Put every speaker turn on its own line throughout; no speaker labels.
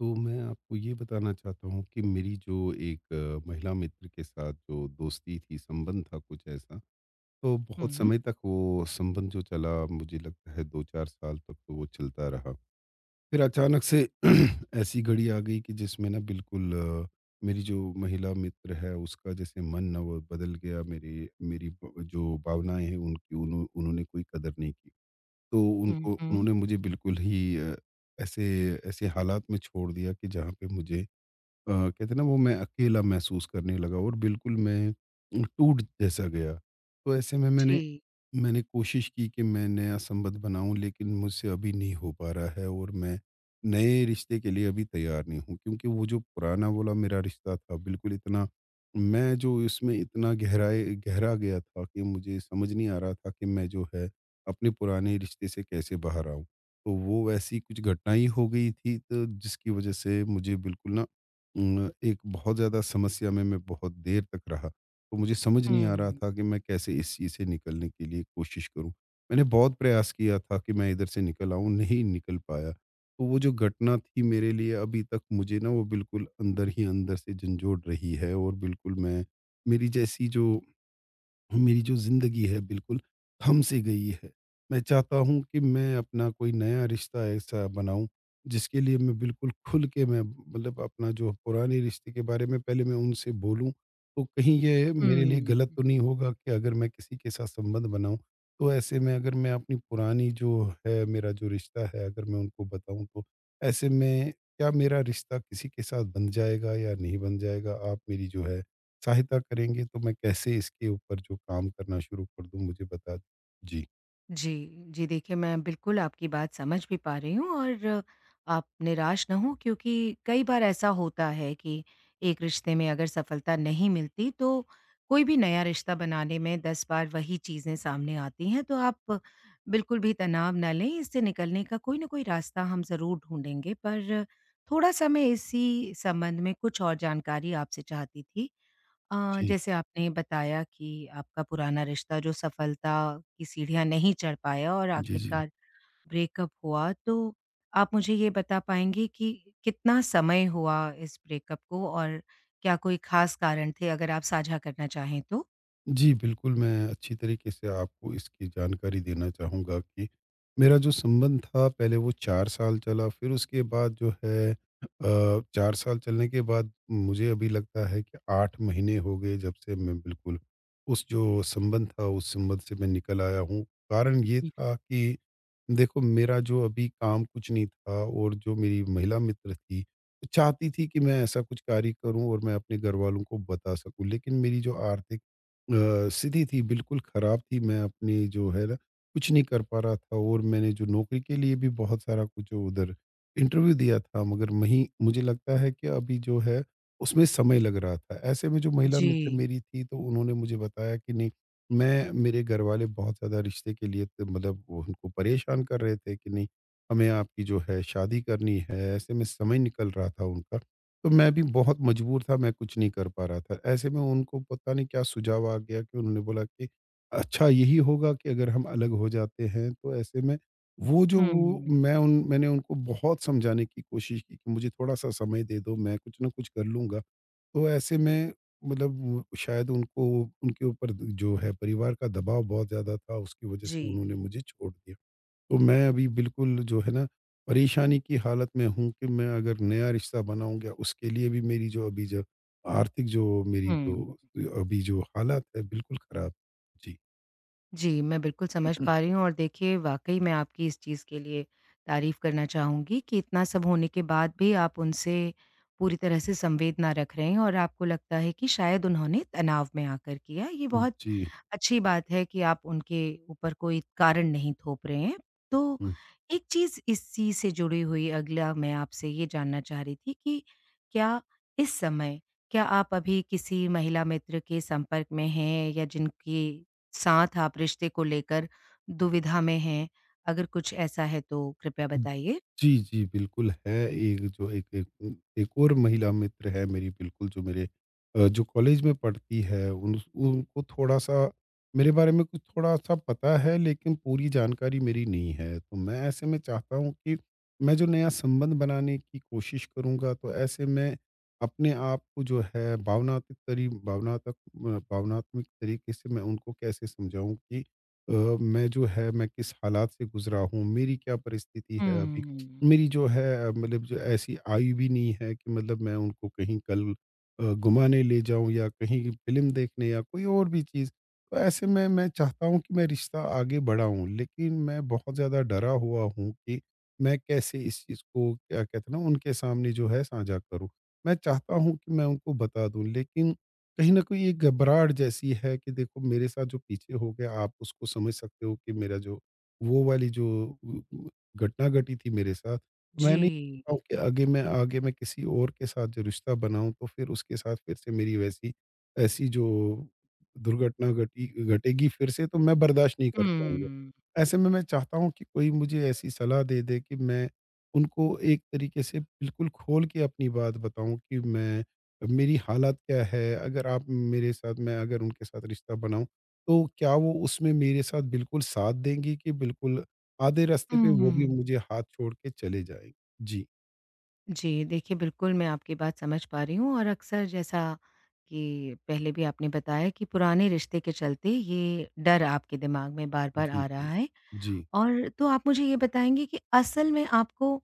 तो मैं आपको ये बताना चाहता हूँ कि मेरी जो एक महिला मित्र के साथ जो दोस्ती थी, संबंध था कुछ ऐसा। तो बहुत
हुँ,
समय तक वो संबंध जो चला मुझे लगता है 2-4 साल तक तो वो चलता रहा। फिर अचानक से ऐसी घड़ी आ गई कि जिसमें ना बिल्कुल मेरी जो महिला मित्र है उसका जैसे मन ना वो बदल गया, मेरी मेरी ब जो भावनाएँ हैं उनकी उन्होंने कोई कदर नहीं की। तो
हुँ,
उनको
हुँ।
उन्होंने मुझे बिल्कुल ही ऐसे ऐसे हालात में छोड़ दिया कि जहाँ पे मुझे कहते हैं ना वो मैं अकेला महसूस करने लगा और बिल्कुल मैं टूट जैसा गया। तो ऐसे में मैंने
जी।
मैंने कोशिश की कि मैं नया संबंध बनाऊं, लेकिन मुझसे अभी नहीं हो पा रहा है और मैं नए रिश्ते के लिए अभी तैयार नहीं हूं, क्योंकि वो जो पुराना वाला मेरा रिश्ता था बिल्कुल इतना, मैं जो इसमें इतना गहरा गया था कि मुझे समझ नहीं आ रहा था कि मैं जो है अपने पुराने रिश्ते से कैसे बाहर आऊं। तो वो ऐसी कुछ घटनाएं हो गई थी, तो जिसकी वजह से मुझे बिल्कुल ना एक बहुत ज़्यादा समस्या में मैं बहुत देर तक रहा। तो मुझे समझ नहीं आ रहा
हुँ,
था कि मैं कैसे इस चीज़ से निकलने के लिए कोशिश करूं। मैंने बहुत प्रयास किया था कि मैं इधर से निकल आऊं, नहीं निकल पाया। तो वो जो घटना थी मेरे लिए अभी तक मुझे ना वो बिल्कुल अंदर ही अंदर से झंझोड़ रही है और बिल्कुल मैं, मेरी जैसी जो मेरी जो ज़िंदगी है बिल्कुल थम सी गई है। मैं चाहता हूँ कि मैं अपना कोई नया रिश्ता ऐसा बनाऊँ जिसके लिए मैं बिल्कुल खुल के मैं, मतलब अपना जो पुराने रिश्ते के बारे में पहले मैं उनसे बोलूँ। तो कहीं ये मेरे लिए
हुँ।
गलत तो नहीं होगा कि अगर मैं किसी के साथ संबंध बनाऊँ। तो ऐसे में अगर मैं अपनी पुरानी जो है, मेरा जो रिश्ता है अगर मैं उनको बताऊँ, तो ऐसे में क्या मेरा रिश्ता किसी के साथ बन जाएगा या नहीं बन जाएगा? आप मेरी जो है सहायता करेंगे तो मैं कैसे इसके ऊपर जो काम करना शुरू कर दूँ मुझे बता दो। जी।
जी, जी, देखिए मैं बिल्कुल आपकी बात समझ भी पा रही हूँ। और आप निराश ना हों, क्योंकि कई बार ऐसा होता है कि एक रिश्ते में अगर सफलता नहीं मिलती तो कोई भी नया रिश्ता बनाने में 10 बार वही चीज़ें सामने आती हैं। तो आप बिल्कुल भी तनाव ना लें, इससे निकलने का कोई न कोई रास्ता हम ज़रूर ढूँढेंगे। पर थोड़ा-सा मैं इसी संबंध में कुछ और जानकारी आपसे चाहती थी।
जी।
जैसे आपने बताया कि आपका पुराना रिश्ता जो सफलता की सीढ़ियाँ नहीं चढ़ पाया और
जी, जी।
आखिरकार ब्रेकअप हुआ, तो आप मुझे ये बता पाएँगे कि कितना समय हुआ इस ब्रेकअप को, और क्या कोई ख़ास कारण थे? अगर आप साझा करना चाहें तो?
जी, बिल्कुल, मैं अच्छी तरीके से आपको इसकी जानकारी देना चाहूँगा कि मेरा जो संबंध था पहले वो 4 साल चला, फिर उसके बाद जो है 4 साल चलने के बाद मुझे अभी लगता है कि 8 महीने हो गए जब से मैं बिल्कुल उस जो संबंध था उस संबंध से मैं निकल आया हूँ। कारण ये था कि देखो मेरा जो अभी काम कुछ नहीं था और जो मेरी महिला मित्र थी, वो चाहती थी कि मैं ऐसा कुछ कार्य करूँ और मैं अपने घरवालों को बता सकूँ। लेकिन मेरी जो आर्थिक सीधी थी, बिल्कुल ख़राब थी। मैं अपनी जो है ना, कुछ नहीं कर पा रहा था और मैंने जो नौकरी के लिए भी बहुत सारा कुछ उधर इंटरव्यू दिया था, मगर वहीं मुझे लगता है कि अभी जो है, उसमें समय लग रहा था। ऐसे में जो महिला मित्र
जी।
मेरी थी, तो उन्होंने मुझे बताया कि नहीं, मैं मेरे घरवाले बहुत ज़्यादा रिश्ते के लिए त मतलब वो उनको परेशान कर रहे थे कि नहीं, हमें आपकी जो है शादी करनी है। ऐसे में समय निकल रहा था उनका। तो मैं भी बहुत मजबूर था, मैं कुछ नहीं कर पा रहा था। ऐसे में उनको पता नहीं क्या सुझाव आ गया कि उन्होंने बोला कि अच्छा यही होगा कि अगर हम अलग हो जाते हैं। तो ऐसे में वो जो वो मैं
हुँ,
उन मैंने उनको बहुत समझाने की कोशिश की कि मुझे थोड़ा-सा समय दे दो, मैं कुछ ना कुछ कर लूँगा। तो ऐसे में मतलब वो शायद उनको, उनके ऊपर जो है परिवार का दबाव बहुत ज़्यादा था, उसकी वज़ह से
जी,
उन्होंने मुझे छोड़ दिया। तो मैं अभी बिल्कुल जो है ना परेशानी की हालत में हूँ कि मैं अगर नया रिश्ता बनाऊँगा उसके लिए भी मेरी जो अभी जो आर्थिक जो मेरी जो
हुँ।
अभी जो हालत है बिल्कुल ख़राब। जी।
जी, मैं बिल्कुल समझ पा रही हूँ। और देखिए, वाक़ई मैं आपकी इस चीज़ के लिए तारीफ़ करना चाहूँगी कि इतना सब होने के बाद भी आप उनसे पूरी तरह से संवेद ना रख रहे हैं और आपको लगता है कि शायद उन्होंने तनाव में आकर किया। ये बहुत
जी।
अच्छी बात है कि आप उनके ऊपर कोई कारण नहीं थोप रहे हैं। तो
हुँ।
एक चीज़ इसी से जुड़ी हुई अगला मैं आपसे ये जानना चाह रही थी कि क्या इस समय, क्या आप अभी किसी महिला मित्र के संपर्क में हैं, या जिनके साथ आप रिश्ते को लेकर दुविधा में हैं? अगर कुछ ऐसा है तो कृपया बताइए?
जी, जी, बिल्कुल है। एक जो एक एक उम, एक और महिला मित्र है मेरी, बिल्कुल जो मेरे जो कॉलेज में पढ़ती है, उन उनको थोड़ा-सा मेरे बारे में कुछ थोड़ा-सा पता है, लेकिन पूरी जानकारी मेरी नहीं है। तो मैं ऐसे में चाहता हूँ कि मैं जो नया संबंध बनाने की कोशिश करूँगा, तो ऐसे में अपने आप को जो है भावनात्मक तरीके से मैं उनको कैसे समझाऊँ कि अ, मैं जो है मैं किस हालात से गुज़रा हूँ, मेरी क्या परिस्थिति है अभी।
हुँ।
मेरी जो है मतलब जो ऐसी आयु भी नहीं है कि मतलब मैं उनको कहीं कल घुमाने ले जाऊं या कहीं फिल्म देखने या कोई और भी चीज़। तो ऐसे में मैं चाहता हूं कि मैं रिश्ता आगे बढ़ाऊं, लेकिन मैं बहुत ज़्यादा डरा हुआ हूं कि मैं कैसे इस चीज़ को क्या कहते हैं ना उनके सामने जो है साझा करूं। मैं चाहता हूं कि मैं उनको बता दूं, लेकिन कहीं ना कहीं एक घबराहट जैसी है कि देखो मेरे साथ जो पीछे हो गया आप उसको समझ सकते हो कि मेरा जो वो वाली जो गट्टा-गटी थी मेरे साथ। तो मैं नहीं
जी।
चाहता हूँ कि आगे मैं किसी और के साथ जो रिश्ता बनाऊँ, तो फिर उसके साथ फिर से मेरी वैसी ऐसी जो दुर्घटना घटी घटेगी फिर से, तो मैं बर्दाश्त नहीं कर पाऊँगा।
हुँ,
ऐसे में मैं चाहता हूँ कि कोई मुझे ऐसी सलाह दे दे कि मैं उनको एक तरीके से बिल्कुल खोल के अपनी बात बताऊँ कि मैं, मेरी हालत क्या है? अगर आप मेरे साथ, मैं अगर उनके साथ रिश्ता बनाऊँ, तो क्या वो उसमें मेरे साथ बिल्कुल साथ देंगी कि बिल्कुल आधे रास्ते पे वो भी
हुँ।
मुझे हाथ छोड़ के चले जाएँगे? जी,
जी, देखिए, बिल्कुल मैं आपकी बात समझ पा रही हूँ। और अक्सर जैसा कि पहले भी आपने बताया, कि पुराने रिश्ते के चलते ये डर आपके दिमाग में बार-बार
जी,
आ रहा
जी।
है।
जी,
और तो आप मुझे ये बताएँगे कि असल में आपको,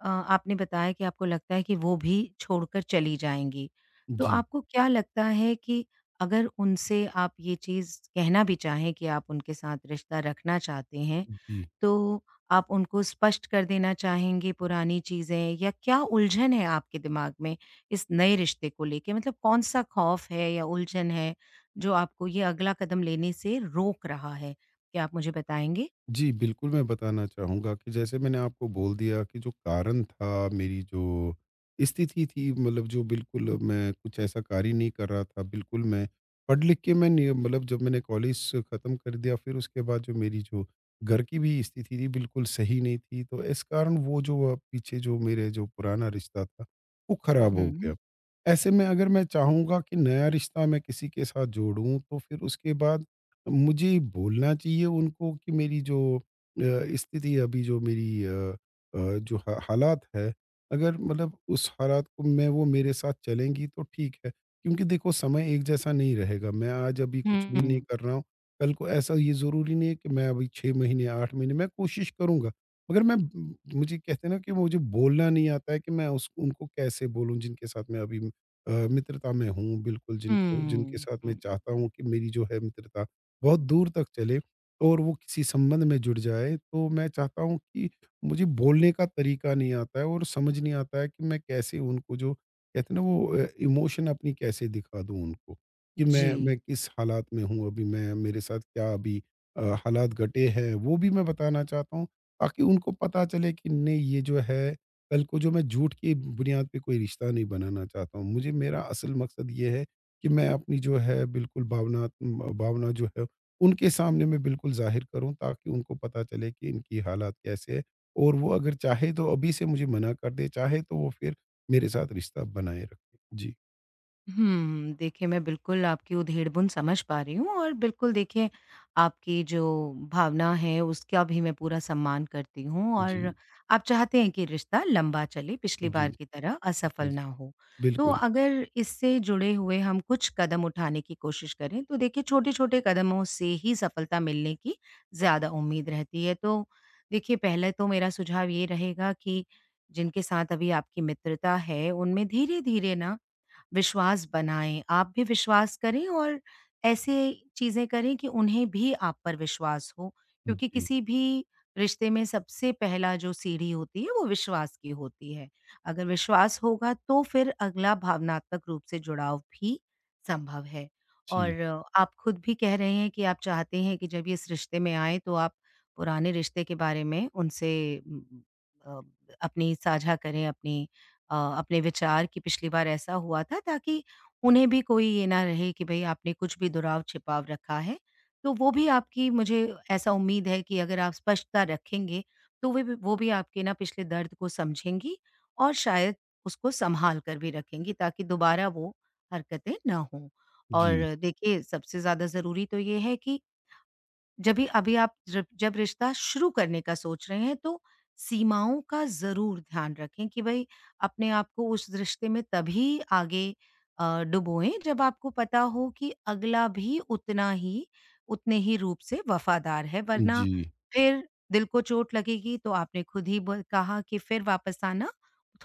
आपने बताया कि आपको लगता है कि वो भी छोड़कर चली जाएँगी। तो
जी,
आपको क्या लगता है कि अगर उनसे आप ये चीज़ कहना भी चाहें कि आप उनके साथ रिश्ता रखना चाहते हैं,
जी।
तो आप उनको स्पष्ट कर देना चाहेंगे पुरानी चीज़ें, या क्या उलझन है आपके दिमाग में इस नए रिश्ते को लेके? मतलब कौन-सा खौफ है या उलझन है जो आपको ये अगला कदम लेने से रोक रहा है? क्या आप मुझे बताएँगे?
जी, बिल्कुल, मैं बताना चाहूँगा कि जैसे मैंने आपको बोल दिया कि जो कारण था, मेरी जो स्थिति थी, मतलब जो बिल्कुल मैं कुछ ऐसा कार्य नहीं कर रहा था। बिल्कुल, मैं पढ़ लिख के मैं नि मतलब जब मैंने कॉलेज ख़त्म कर दिया, फिर उसके बाद जो मेरी जो घर की भी स्थिति थी, बिल्कुल सही नहीं थी। तो इस कारण वो जो पीछे जो मेरे जो पुराना रिश्ता था, वो ख़राब हो
हुँ,
गया। ऐसे में अगर मैं चाहूँगा कि नया रिश्ता मैं किसी के साथ जोड़ूँ, तो फिर उसके बाद मुझे बोलना चाहिए उनको कि मेरी जो स्थिति अभी, जो मेरी जो हा हालात है, अगर मतलब उस हालात को मैं, वो मेरे साथ चलेंगी तो ठीक है। क्योंकि देखो समय एक जैसा नहीं रहेगा। मैं आज अभी कुछ
हुँ,
भी नहीं
हुँ,
कर रहा हूँ, कल को ऐसा ये ज़रूरी नहीं है। कि मैं अभी 6 महीने, 8 महीने मैं कोशिश करूँगा। मगर मैं मुझे कहते हैं ना कि मुझे बोलना नहीं आता है कि मैं उस उनको कैसे बोलूँ जिनके साथ मैं अभी मित्रता में हूँ, बिल्कुल जिनके जिनके
हुँ,
साथ मैं
हुँ।
चाहता हूँ कि मेरी जो है मित्रता बहुत दूर तक चले और वो किसी संबंध में जुड़ जाए। तो मैं चाहता हूँ कि मुझे बोलने का तरीका नहीं आता है और समझ नहीं आता है कि मैं कैसे उनको जो कहते हैं ना वो इमोशन अपनी कैसे दिखा दूँ उनको कि मैं
जी।
मैं किस हालात में हूँ अभी, मैं मेरे साथ क्या अभी अ, हालात घटे हैं वो भी मैं बताना चाहता हूँ, ताकि उनको पता चले कि नहीं ये जो है कल को जो, मैं झूठ की बुनियाद पे कोई रिश्ता नहीं बनाना चाहता हूँ। मुझे, मेरा असल मकसद ये है कि मैं अपनी जो है बिल्कुल भावना, भावना जो है उनके सामने मैं बिल्कुल ज़ाहिर करूँ, ताकि उनको पता चले कि इनकी हालात कैसे है और वो अगर चाहे तो अभी से मुझे मना कर दे, चाहे तो वो फिर मेरे साथ रिश्ता बनाए रखे। जी।
हुँ, देखिए, मैं बिल्कुल आपकी उधेड़-बुन समझ पा रही हूँ। और बिल्कुल देखिए, आपकी जो भावना है उसका भी मैं पूरा सम्मान करती हूँ। और
जी,
आप चाहते हैं कि रिश्ता लंबा चले, पिछली
जी,
बार की तरह असफल
जी, जी।
ना हो। तो
बिल्कुल।
अगर इससे जुड़े हुए हम कुछ कदम उठाने की कोशिश करें, तो देखिए, छोटे-छोटे कदमों से ही सफलता मिलने की ज़्यादा उम्मीद रहती है। तो देखिए, पहले तो मेरा सुझाव ये रहेगा कि जिनके साथ अभी आपकी मित्रता है, उनमें धीरे-धीरे ना विश्वास बनाएँ। आप भी विश्वास करें, और ऐसे चीज़ें करें कि उन्हें भी आप पर विश्वास हो, क्योंकि
जी,
किसी भी रिश्ते में सबसे पहला जो सीढ़ी होती है वो विश्वास की होती है। अगर विश्वास होगा तो फिर अगला भावनात्मक रूप से जुड़ाव भी संभव है।
जी,
और आप खुद भी कह रहे हैं कि आप चाहते हैं कि जब ये इस रिश्ते में आएँ, तो आप पुराने रिश्ते के बारे में उनसे उम, अ, अपनी साझा करें, अपने विचार, कि पिछली बार ऐसा हुआ था, ताकि उन्हें भी कोई ये ना रहे कि भई आपने कुछ भी दुराव छिपाव रखा है। तो वो भी आपकी, मुझे ऐसा उम्मीद है कि अगर आप स्पष्टता रखेंगे तो वे भी वो भी आपके ना पिछले दर्द को समझेंगी, और शायद उसको सँभाल कर भी रखेंगी ताकि दोबारा वो हरकतें ना हों।
जी,
और देखिए, सबसे ज़्यादा ज़रूरी तो ये है कि जब भी अभी, आप जब जब रिश्ता शुरू करने का सोच रहे हैं, तो सीमाओं का ज़रूर ध्यान रखें कि भई, अपने आप को उस रिश्ते में तभी आगे डुबोएँ जब आपको पता हो कि अगला भी उतना ही उतने ही रूप से वफ़ादार है। वरना
जी,
फिर दिल को चोट लगेगी, तो आपने खुद ही ब कहा कि फिर वापस आना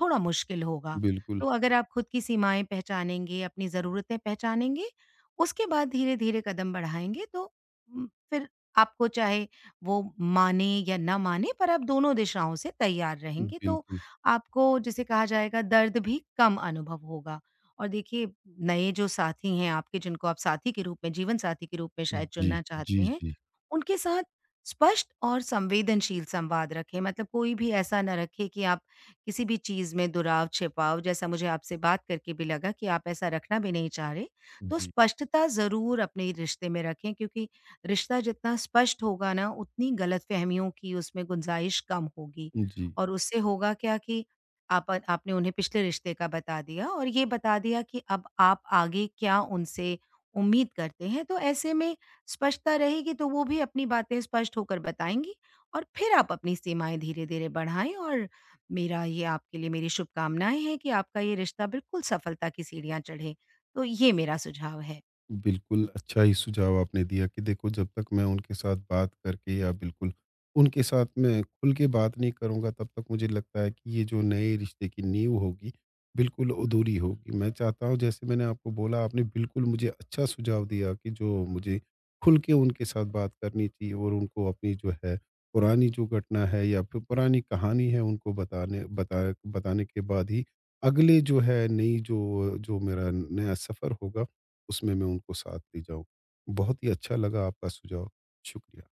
थोड़ा मुश्किल होगा।
बिल्कुल,
तो अगर आप खुद की सीमाएँ पहचानेंगे, अपनी ज़रूरतें पहचानेंगे, उसके बाद धीरे-धीरे कदम बढ़ाएँगे, तो फिर आपको, चाहे वो माने या ना माने, पर आप दोनों दिशाओं से तैयार रहेंगे तो
बिल्कुल।
आपको, जिसे कहा जाएगा, दर्द भी कम अनुभव होगा। और देखिए, नए जो साथी हैं आपके, जिनको आप साथी के रूप में, जीवनसाथी के रूप में शायद
जी,
चुनना
जी,
चाहते हैं,
जी,
उनके साथ स्पष्ट और संवेदनशील संवाद रखें। मतलब कोई भी ऐसा ना रखें कि आप किसी भी चीज़ में दुराव-छिपाव, जैसा मुझे आपसे बात करके भी लगा कि आप ऐसा रखना भी नहीं चाह रहे। तो
जी,
स्पष्टता ज़रूर अपने रिश्ते में रखें, क्योंकि रिश्ता जितना स्पष्ट होगा ना, उतनी गलतफ़हमियों की उसमें गुंजाइश कम होगी।
जी।
और उससे होगा क्या, कि आप आपने उन्हें पिछले रिश्ते का बता दिया, और ये बता दिया कि अब आप आगे क्या उनसे उम्मीद करते हैं, तो ऐसे में स्पष्टता रहेगी तो वो भी अपनी बातें स्पष्ट होकर बताएँगी। और फिर आप अपनी सीमाएँ धीरे-धीरे बढ़ाएँ। और मेरा ये, आपके लिए मेरी शुभकामनाएँ हैं कि आपका ये रिश्ता बिल्कुल सफलता की सीढ़ियाँ चढ़े। तो ये मेरा सुझाव है।
बिल्कुल, अच्छा ही सुझाव आपने दिया कि देखो जब तक मैं उनके साथ बात करके या बिल्कुल उनके साथ मैं खुल के बात नहीं करूँगा, तब तक मुझे लगता है कि ये जो नए रिश्ते की नींव होगी, बिल्कुल अधूरी होगी। मैं चाहता हूँ जैसे मैंने आपको बोला, आपने बिल्कुल मुझे अच्छा सुझाव दिया कि जो मुझे खुल के उनके साथ बात करनी चाहिए और उनको अपनी जो है पुरानी जो घटना है या फिर पुरानी कहानी है उनको बताने के बाद ही अगले जो है नई जो जो मेरा नया सफ़र होगा उसमें मैं उनको साथ ले जाऊँ। बहुत ही अच्छा लगा आपका सुझाव। शुक्रिया।